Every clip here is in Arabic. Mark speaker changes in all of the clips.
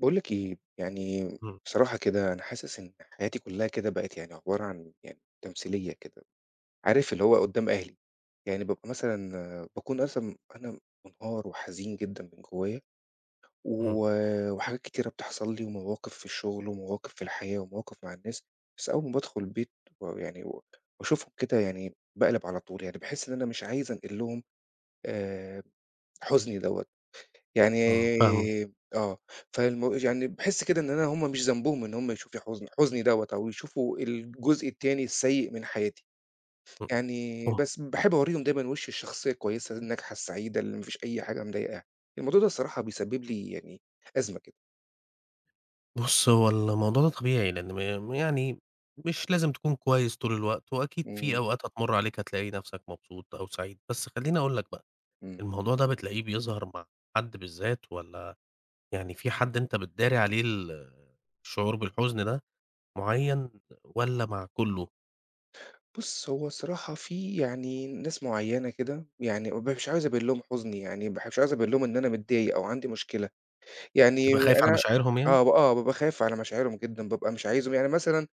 Speaker 1: باقول لِك إيه، يعني
Speaker 2: إمم،
Speaker 1: بصراحة كده أنا حاسس إن حياتي كلّها كده بقت يعني عبارة عن يعني تمثيلية كده، عارف اللي هو قدّام أهلي، يعني بابقى مثلًا باكون أصلًا أنا منهار وحزين جدًا من جوايا، و
Speaker 2: إمم،
Speaker 1: وحاجات كتيرة بتحصل لي ومواقف في الشغل ومواقف في الحياة ومواقف مع الناس، بس أول ما بادخل البيت ويعني واشوفهم كده يعني باقلب على طول، يعني باحس إن أنا مش عايز أنقل لهم آآ حزني دوّة، يعني
Speaker 2: آه، فاهمك.
Speaker 1: آه، يعني باحس كده إن أنا هم مش ذنبهم إن هم يشوفوا حزني دوّة أو يشوفوا الجزء التاني السيء من حياتي،
Speaker 2: إمم،
Speaker 1: يعني
Speaker 2: هو
Speaker 1: بس باحب أورّيهم دايمًا وِش الشخصية الكويسة الناجحة السعيدة اللي ما فيش أي حاجة مضايقاها، الموضوع ده الصراحة بيسبب لي يعني أزمة كده،
Speaker 2: بُص، هو الموضوع ده طبيعي، لإن م يعني مش لازم تكون كويس طول الوقت، وأكيد في
Speaker 1: إمم،
Speaker 2: أوقات هتمُر عليك هتلاقي نفسك مبسوط أو سعيد، بس خلّيني أقول لك بقى،
Speaker 1: إمم.
Speaker 2: الموضوع ده بتلاقيه بيظهر مع حد بالذات والّا يعني في حد أنت بتداري عليه الشعور بالحزن ده معيّن والّا مع كُلّه؟
Speaker 1: بُص هو الصراحة في يعني ناس معيّنة كده يعني مش عايز أبيّن لهم حزني يعني ما باح مش عايز أبيّن لهم إن أنا متضايق أو عندي مشكلة. يعني
Speaker 2: بتبقى خايف على
Speaker 1: أنا
Speaker 2: مشاعرهم يعني؟
Speaker 1: آه، ب آه، بابقى خايف على مشاعرهم جدًا، بابقى مش عايزهم يعني مثلًا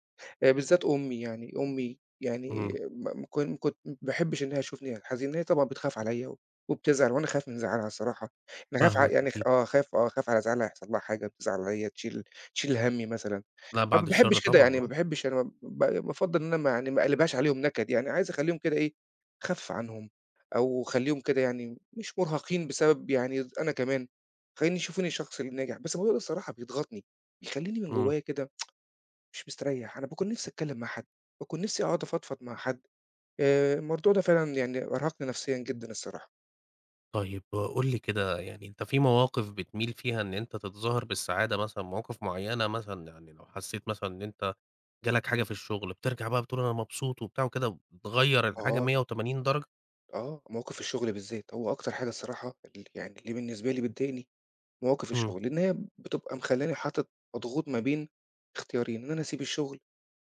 Speaker 1: بالذات أمي يعني، أمي يعني
Speaker 2: إمم،
Speaker 1: م كن ما كنت ما باحبش إنها تشوفني حزين، هي طبعًا بتخاف عليَّ وبتزعل وأنا خايف من زعلها الصراحة، أنا خايف
Speaker 2: فاهمك
Speaker 1: يعني خ
Speaker 2: أكيد،
Speaker 1: آه، خايف على زعلها يحصل لها حاجة، تزعل عليَّ، تشيل هَمّي مثلًا.
Speaker 2: لأ
Speaker 1: أنا ما
Speaker 2: بعد الشر
Speaker 1: باحبش كده،
Speaker 2: طبعًا،
Speaker 1: يعني ما
Speaker 2: آه،
Speaker 1: باحبش أنا بافضّل إن أنا ما يعني ما أقلبهاش عليهم نكد، يعني عايز أخلّيهم كده إيه، أخَف عنهم أو أخلّيهم كده يعني مش مُرهقين بسبب يعني أنا كمان، خلّيني يشوفوني الشخص اللي ناجح، بس الموضوع ده الصراحة بيضغطني، بيخلّيني من
Speaker 2: إمم.
Speaker 1: جوّايا كده مش مستريّح، أنا باكون نِفْسي أتكلّم مع حد، باكون نِفْسي أقعد أفضفض مع حد، الموضوع ده فعلًا يعني أرهقني نفسيًا جدًا الصراحة.
Speaker 2: طيب قُل لي كده يعني أنت في مواقف بتميل فيها إن أنت تتظاهر بالسعادة مثلًا، مواقف معيّنة مثلًا يعني لو حسّيت مثلًا إن أنت جالك حاجة في الشغل، بترجع بقى بتقول أنا مبسوط وبتاع وكده، بتغيّر الحاجة
Speaker 1: آه،
Speaker 2: 180 درجة؟
Speaker 1: آه، مواقف الشغل بالذات، هو أكتر حاجة الصراحة يعني اللي بالنسبة لي بتضايقني مواقف
Speaker 2: إمم.
Speaker 1: الشغل، لإن هي بتبقى مخلّاني حاطط مضغوط ما بين اختيارين، إن أنا أسيب الشغل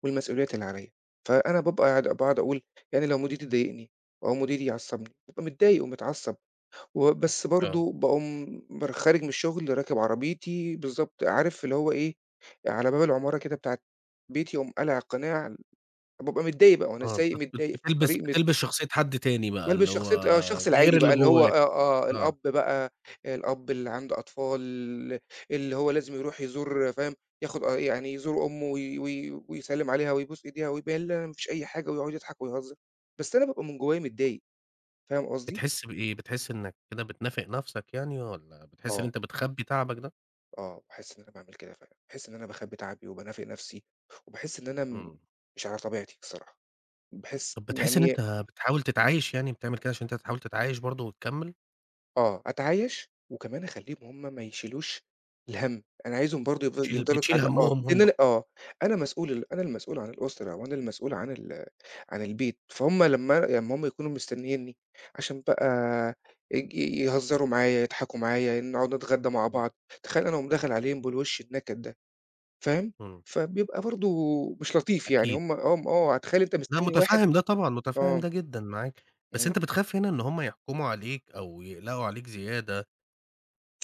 Speaker 1: والمسؤوليات اللي عليّا، فأنا بابقى قاعد باقعد أقول يعني لو مديري ضايقني أو مديري عصّبني، بابقى متضايق ومتعصّب بس
Speaker 2: آه.
Speaker 1: برضه باقوم خارج من الشغل راكب عربيتي بالضبط، عارف اللي هو إيه، على باب العمارة كده بتاعة بيتي أقوم قالع القناع، بابقى متضايق بقى وأنا
Speaker 2: آه،
Speaker 1: سايق
Speaker 2: بت بت
Speaker 1: متضايق في
Speaker 2: بتلبس
Speaker 1: الطريق
Speaker 2: بتلبس شخصية حد تاني بقى،
Speaker 1: بالبس
Speaker 2: اللي هو
Speaker 1: شخصية آه، الشخص
Speaker 2: غير
Speaker 1: العادي بقى
Speaker 2: اللي
Speaker 1: اللي هو
Speaker 2: جواك،
Speaker 1: آه، آه،
Speaker 2: آه.
Speaker 1: الأب بقى، الأب اللي عنده أطفال، اللي هو لازم يروح يزور فاهم، ياخد آه، يعني يزور أمه وي وي ويسلِّم عليها ويبوس إيديها ويبين لها ما فيش أي حاجة ويقعد يضحك ويهزر، بس أنا بابقى من جوايا متضايق، فاهم قصدي؟
Speaker 2: بتحس بإيه؟ بتحس إنك كده بتنافق نَفْسك يعني والّا بتحس إن
Speaker 1: آه،
Speaker 2: أنت بتخبّي تعبك ده؟
Speaker 1: آه، باحس إن أنا باعمل كده فعلًا، باحس إن أنا باخبّي تعبي وبانافق نفسي، وباحس إن أنا
Speaker 2: إمم.
Speaker 1: مش على طبيعتي الصراحة، باحس
Speaker 2: طب بتحس إن
Speaker 1: يعني
Speaker 2: أنت بتحاول تتعايش يعني، بتعمل كده عشان أنت تحاول تتعايش برضه وتكمّل؟
Speaker 1: آه، أتعايش وكمان أخلّيهم هُم ما يشيلوش الهَم، أنا عايزهم برضه
Speaker 2: بتشيل
Speaker 1: يفضلوا
Speaker 2: بتشيل
Speaker 1: سعداء آه،
Speaker 2: هَمّهم
Speaker 1: لإن
Speaker 2: هم.
Speaker 1: أنا آه، أنا مسؤول ال أنا المسؤول عن الأسرة وأنا المسؤول عن عن البيت، فهُم لمّا هُم يكونوا مستنيينّي عشان بقى يهزروا معايا، يضحكوا معايا، نقعد نتغدى مع
Speaker 2: إمم،
Speaker 1: بعض، تخيل أنا أقوم داخل عليهم بالوش النكد ده، فاهم؟
Speaker 2: إمم،
Speaker 1: فبيبقى برضه مش لطيف يعني،
Speaker 2: أكيد،
Speaker 1: هُم هُم آه، تخيل أنت
Speaker 2: لأ
Speaker 1: مستني واحد
Speaker 2: مُتفهِّم ده طبعًا، مُتفهِّم
Speaker 1: آه،
Speaker 2: ده جدًا معاك، بس
Speaker 1: إمم،
Speaker 2: أنت بتخاف هنا إن هم يحكموا عليك أو يقلقوا عليك زيادة،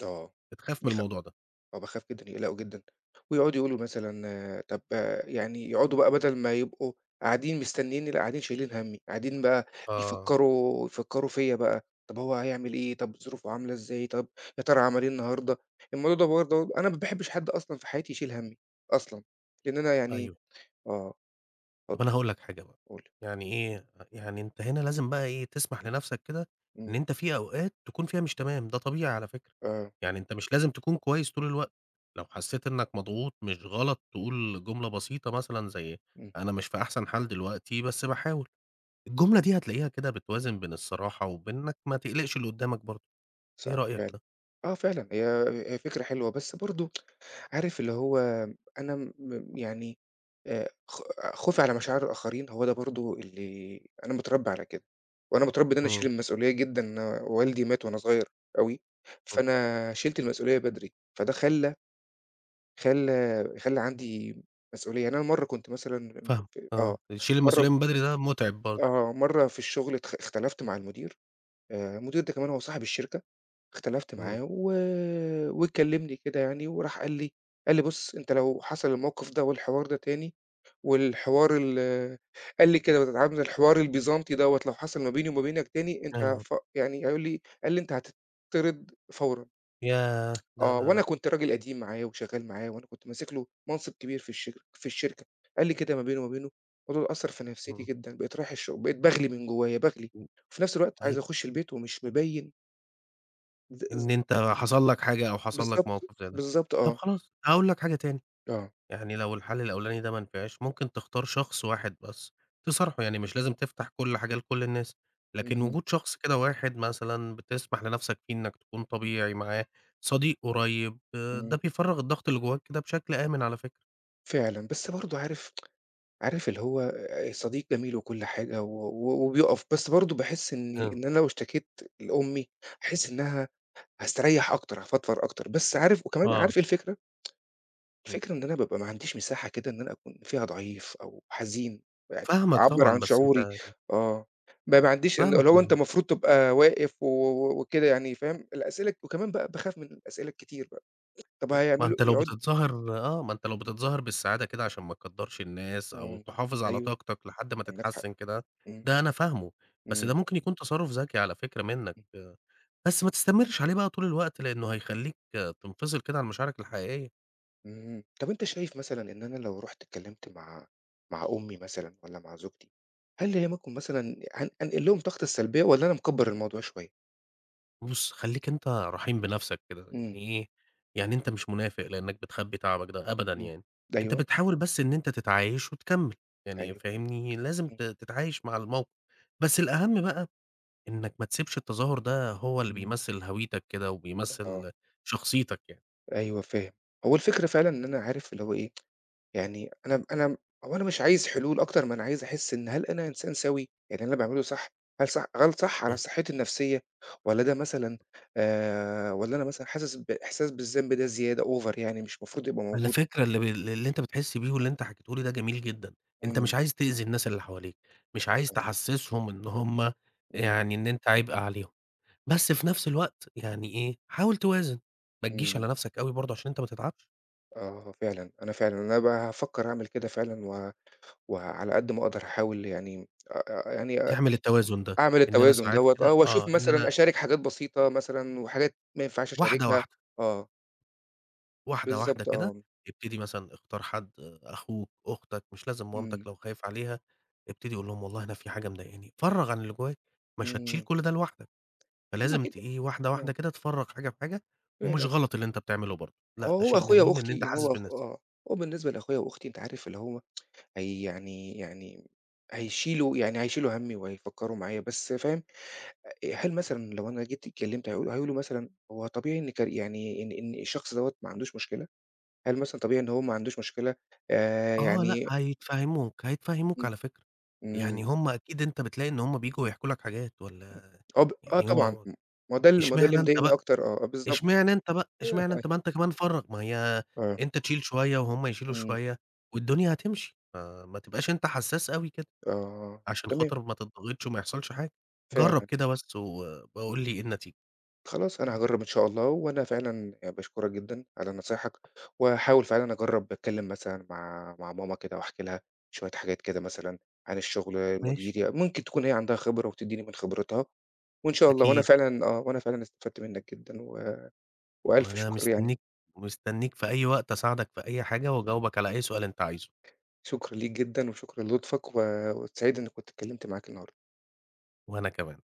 Speaker 1: آه،
Speaker 2: بتخاف من
Speaker 1: بيخ
Speaker 2: الموضوع ده.
Speaker 1: آه، باخاف جدًا، يقلقوا جدًا، ويقعدوا يقولوا مثلًا آه، طب آه، يعني يقعدوا بقى بدل ما يبقوا قاعدين مستنيينّي، لأ قاعدين شايلين هَمّي، قاعدين بقى
Speaker 2: آه،
Speaker 1: يفكّروا فيّا بقى، طب هو هيعمل إيه، طب ظروفه عاملة إزاي، طب يا ترى عمل إيه النهارده، الموضوع ده برضه أنا ما باحبش حد أصلًا في حياتي يشيل هَمّي أصلًا، لإن أنا يعني
Speaker 2: أيوه.
Speaker 1: آه، اتفضل
Speaker 2: طب أنا هاقول لك حاجة بقى،
Speaker 1: قُل،
Speaker 2: يعني إيه، يعني أنت هنا لازم بقى إيه، تسمح لنَفْسك كده إن
Speaker 1: إمم،
Speaker 2: أنت في أوقات تكون فيها مش تمام، ده طبيعي على فكرة،
Speaker 1: آه،
Speaker 2: يعني أنت مش لازم تكون كويس طول الوقت، لو حسّيت إنّك مضغوط مش غلط تقول جملة بسيطة مثلًا زي
Speaker 1: إمم،
Speaker 2: أنا مش في أحسن حال دلوقتي بس باحاول. الجملة دي هتلاقيها كده بتوازن بين الصراحة وبين إنك ما تقلقش اللي قدّامك برضه، إيه
Speaker 1: صح
Speaker 2: رأيك
Speaker 1: فعلًا،
Speaker 2: في ده؟
Speaker 1: آه فعلًا هي هي فكرة حلوة، بس برضه عارف اللي هو أنا يعني خ خوفي على مشاعر الآخرين هو ده برضه اللي أنا متربّي على كده، وأنا متربّي إن أنا
Speaker 2: إمم،
Speaker 1: أشيل المسؤولية جدًا، أنا والدي مات وأنا صغير أوي،
Speaker 2: إمم.
Speaker 1: فأنا شِلت المسؤولية بدري، فده خلّى عندي مسؤولية، يعني أنا مرّة كنت مثلًا
Speaker 2: فاهمك
Speaker 1: ف آه،
Speaker 2: آه، شيل
Speaker 1: مرّة
Speaker 2: المسؤولية من بدري ده متعب برضه.
Speaker 1: آه، مرّة في الشغل اختلفت مع المدير، المدير ده كمان هو صاحب الشركة. اختلفت معاه
Speaker 2: إمم.
Speaker 1: وكلّمني كده يعني وراح قال لي: "بُص، أنت لو حصل الموقف ده والحوار ده تاني والحوار ال" قال لي كده بتتعامل الحوار البيزنطي دوّة لو حصل ما بيني وما بينك تاني أنت
Speaker 2: آه،
Speaker 1: ف يعني قالوا لي قال لي: "أنت هتتطرد فورًا."
Speaker 2: ياه! لا،
Speaker 1: آه،
Speaker 2: لا،
Speaker 1: وأنا
Speaker 2: لأ.
Speaker 1: كنت راجل قديم معاه وشغّال معاه وأنا كنت ماسك له منصب كبير في الشركة، قال لي كده ما بينه وما بينه، الموضوع ده أثّر في نفسيتي
Speaker 2: إمم.
Speaker 1: جدًا، بقيت رايح الشغل بقيت باغلي من جوّايا، باغلي،
Speaker 2: إمم،
Speaker 1: وفي نفس الوقت عايز
Speaker 2: أيوه،
Speaker 1: أخش البيت ومش مبيّن ز
Speaker 2: إن أنت حصل لك حاجة أو حصل لك
Speaker 1: بالضبط،
Speaker 2: موقف زي ده.
Speaker 1: بالضبط
Speaker 2: طب
Speaker 1: آه،
Speaker 2: خلاص هاقول لك حاجة تاني.
Speaker 1: آه،
Speaker 2: يعني لو الحل الأولاني ده ما نفعش، ممكن تختار شخص واحد بس تصارحه، يعني مش لازم تفتح كل حاجة لكل الناس، لكن
Speaker 1: إمم،
Speaker 2: وجود شخص كده واحد مثلًا بتسمح لنفسك فيه إنك تكون طبيعي معاه، صديق قريب، آه،
Speaker 1: إمم،
Speaker 2: ده بيفرّغ الضغط اللي جواك كده بشكل آمن على فكرة.
Speaker 1: فعلًا، بس برضه عارف اللي هو صديق جميل وكل حاجة و و وبيُقف، بس برضه باحس
Speaker 2: إمم،
Speaker 1: إن أنا لو اشتكيت لأمي هاحس إنها هاستريّح أكتر، هافضفض أكتر، بس عارف وكمان
Speaker 2: آه.
Speaker 1: عارف إيه الفكرة؟
Speaker 2: إمم،
Speaker 1: الفكرة إن أنا بابقى ما عنديش مساحة كده إن أنا أكون فيها ضعيف أو حزين، يعني
Speaker 2: فاهمك
Speaker 1: أعبّر
Speaker 2: طبعًا،
Speaker 1: عن
Speaker 2: بس
Speaker 1: شعوري
Speaker 2: أنت
Speaker 1: آه، ما عنديش إن
Speaker 2: فاهمك
Speaker 1: اللي هو أنت المفروض تبقى واقف وكده يعني فاهم؟ الأسئلة وكمان بقى باخاف من الأسئلة الكتير بقى، طَب
Speaker 2: آه، ما
Speaker 1: هيعملوا
Speaker 2: أنت لو
Speaker 1: يقعدوا
Speaker 2: بتتظاهر آه، ما أنت لو بتتظاهر بالسعادة كده عشان ما تكدّرش الناس أو
Speaker 1: إمم.
Speaker 2: تحافظ على
Speaker 1: أيوه،
Speaker 2: طاقتك لحد ما
Speaker 1: عندك حق.
Speaker 2: تتحسّن كده،
Speaker 1: إمم،
Speaker 2: ده أنا فاهمه، بس
Speaker 1: إمم،
Speaker 2: ده ممكن يكون تصرُّف ذكي على فكرة منّك،
Speaker 1: إمم،
Speaker 2: آه، بس ما تستمرش عليه بقى طول الوقت لإنه هيخلّيك آه، تنفصل كده عن مشاعرك الحقيقية.
Speaker 1: إمم. طب أنت شايف مثلًا إن أنا لو رُحت اتكلمت مع أمي مثلًا والّا مع زوجتي، هل هي ممكن مثلًا أنقل لهم طاقة السلبية والّا أنا مكبّر الموضوع شوية؟
Speaker 2: بُص، خلّيك أنت رحيم بنَفْسك كده، يعني
Speaker 1: إمم،
Speaker 2: إيه، يعني أنت مش منافق لإنّك بتخبّي تعبك ده أبدًا
Speaker 1: إمم.
Speaker 2: يعني، أنت
Speaker 1: أيوه،
Speaker 2: بتحاول بس إن أنت تتعايش وتكمّل، يعني
Speaker 1: أيوه.
Speaker 2: فاهمني، لازم
Speaker 1: إمم،
Speaker 2: تتعايش مع الموقف، بس الأهم بقى إنك ما تسيبش التظاهر ده هو اللي
Speaker 1: إمم.
Speaker 2: بيمثّل هويتك كده
Speaker 1: آه،
Speaker 2: وبيمثّل شخصيتك يعني.
Speaker 1: أيوه فاهم. هو الفكرة فعلًا إن أنا عارف اللي هو إيه يعني أنا هو أنا مش عايز حلول أكتر ما أنا عايز أحس إن هل أنا إنسان سوي؟ يعني اللي أنا باعمله صح؟ هل صح على
Speaker 2: إمم.
Speaker 1: صحّتي النفسية والّا ده مثلًا والّا أنا مثلًا حاسس بإحساس بالذنب ده زيادة over يعني مش المفروض يبقى
Speaker 2: على
Speaker 1: موجود؟
Speaker 2: فكرة اللي أنت بتحس بيه واللي أنت حكيته لي ده جميل جدًا، أنت
Speaker 1: إمم،
Speaker 2: مش عايز تأذي الناس اللي حواليك، مش عايز
Speaker 1: آه،
Speaker 2: تحسّسهم إن هم
Speaker 1: إمم،
Speaker 2: يعني إن أنت عبء عليهم، بس في نفس الوقت يعني إيه، حاول توازن، ما تجيش
Speaker 1: إمم،
Speaker 2: على نفسك أوي برضه عشان أنت ما تتعبش،
Speaker 1: آه فعلًا، أنا فعلًا أنا بقى هافكّر أعمل كده فعلًا وعلى قد ما أقدر هاحاول يعني أ أ يعني
Speaker 2: تعمل التوازن ده،
Speaker 1: أعمل
Speaker 2: إن أنا
Speaker 1: التوازن
Speaker 2: ساعات
Speaker 1: دوّة
Speaker 2: كده
Speaker 1: آه، وأشوف
Speaker 2: آه، إن
Speaker 1: مثلًا
Speaker 2: أنا
Speaker 1: أشارك حاجات بسيطة مثلًا وحاجات ما ينفعش
Speaker 2: واحدة،
Speaker 1: أشاركها،
Speaker 2: واحدة.
Speaker 1: آه،
Speaker 2: واحدة، واحدة
Speaker 1: بالضبط
Speaker 2: كده،
Speaker 1: آه،
Speaker 2: ابتدي مثلًا اختار حد أخوك، أختك، مش لازم مامتك
Speaker 1: إمم.
Speaker 2: لو خايف عليها، ابتدي قُل لهم والله أنا في حاجة مضايقاني، فرّغ عن اللي جواك، مش هتشيل
Speaker 1: إمم.
Speaker 2: كل ده لوحدك،
Speaker 1: هم
Speaker 2: فلازم ت
Speaker 1: كده
Speaker 2: إيه واحدة، واحدة
Speaker 1: آه،
Speaker 2: كده تفرّغ حاجة في حاجة، ومش
Speaker 1: فعلًا.
Speaker 2: غلط اللي أنت بتعمله برضه، لأ
Speaker 1: آه،
Speaker 2: ده
Speaker 1: هو
Speaker 2: شيء
Speaker 1: أخويا
Speaker 2: جميل إن أنت
Speaker 1: وأختي اللي
Speaker 2: حاسس
Speaker 1: هو أخ
Speaker 2: بالناس.
Speaker 1: آه. هو بالنسبة لأخويا وأختي أنت عارف اللي هو هي يعني هيشيلوا هَمّي وهيفكّروا معايا، بس فاهم، أ هل مثلًا لو أنا جيت اتكلّمت هيقولوا مثلًا هو طبيعي إن يعني إن الشخص دوّة ما عندوش مشكلة؟ هل مثلًا طبيعي إن هو ما عندوش مشكلة
Speaker 2: آه، لأ
Speaker 1: يعني
Speaker 2: هيتفهموك، هيتفهموك
Speaker 1: إمم،
Speaker 2: على فكرة،
Speaker 1: إمم،
Speaker 2: يعني هُم أكيد أنت بتلاقي إن هُم بييجوا يحكوا لك حاجات
Speaker 1: إمم.
Speaker 2: والّا
Speaker 1: آه ب آه
Speaker 2: يعني هو
Speaker 1: طبعًا.
Speaker 2: هو،
Speaker 1: ما هو ده اللي
Speaker 2: اشمعنى أنت
Speaker 1: مضايقني أكتر آه، آه بالضبط كده.
Speaker 2: إشمعنى أنت بقى، إشمعنى أنت؟ ما أنت كمان فرّغ، ما هي
Speaker 1: آه.
Speaker 2: أنت تشيل شوية وهُم يشيلوا
Speaker 1: إمم.
Speaker 2: شوية والدنيا هتمشي، ما تبقاش أنت حسّاس أوي كده،
Speaker 1: آه،
Speaker 2: عشان
Speaker 1: تمام،
Speaker 2: خاطر ما تضغطش وما يحصلش حاجة،
Speaker 1: فعلًا.
Speaker 2: جرّب كده بس وابقى قُل لي إيه النتيجة.
Speaker 1: خلاص أنا هاجرّب إن شاء الله، وأنا فعلًا يعني باشكرك جدًا على نصايحك، وهاحاول فعلًا أجرّب أتكلّم مثلًا مع ماما كده وأحكي لها شوية حاجات كده مثلًا عن الشغل،
Speaker 2: ماشي،
Speaker 1: مديري، ممكن تكون هي عندها خبرة وتدّيني من خبرتها، وإن شاء الله وأنا
Speaker 2: أكيد،
Speaker 1: فعلًا آه، وأنا فعلًا استفدت منّك جدًا وألْف
Speaker 2: وأنا
Speaker 1: شكر يعني،
Speaker 2: مستنيك مستنيك في أي وقت أساعدك في أي حاجة وأجاوبك على أي سؤال أنت عايزه،
Speaker 1: شكر ليك جدًا وشكر للطفك وسعيد إنّي كنت اتكلّمت معاك النهارده.
Speaker 2: وأنا كمان.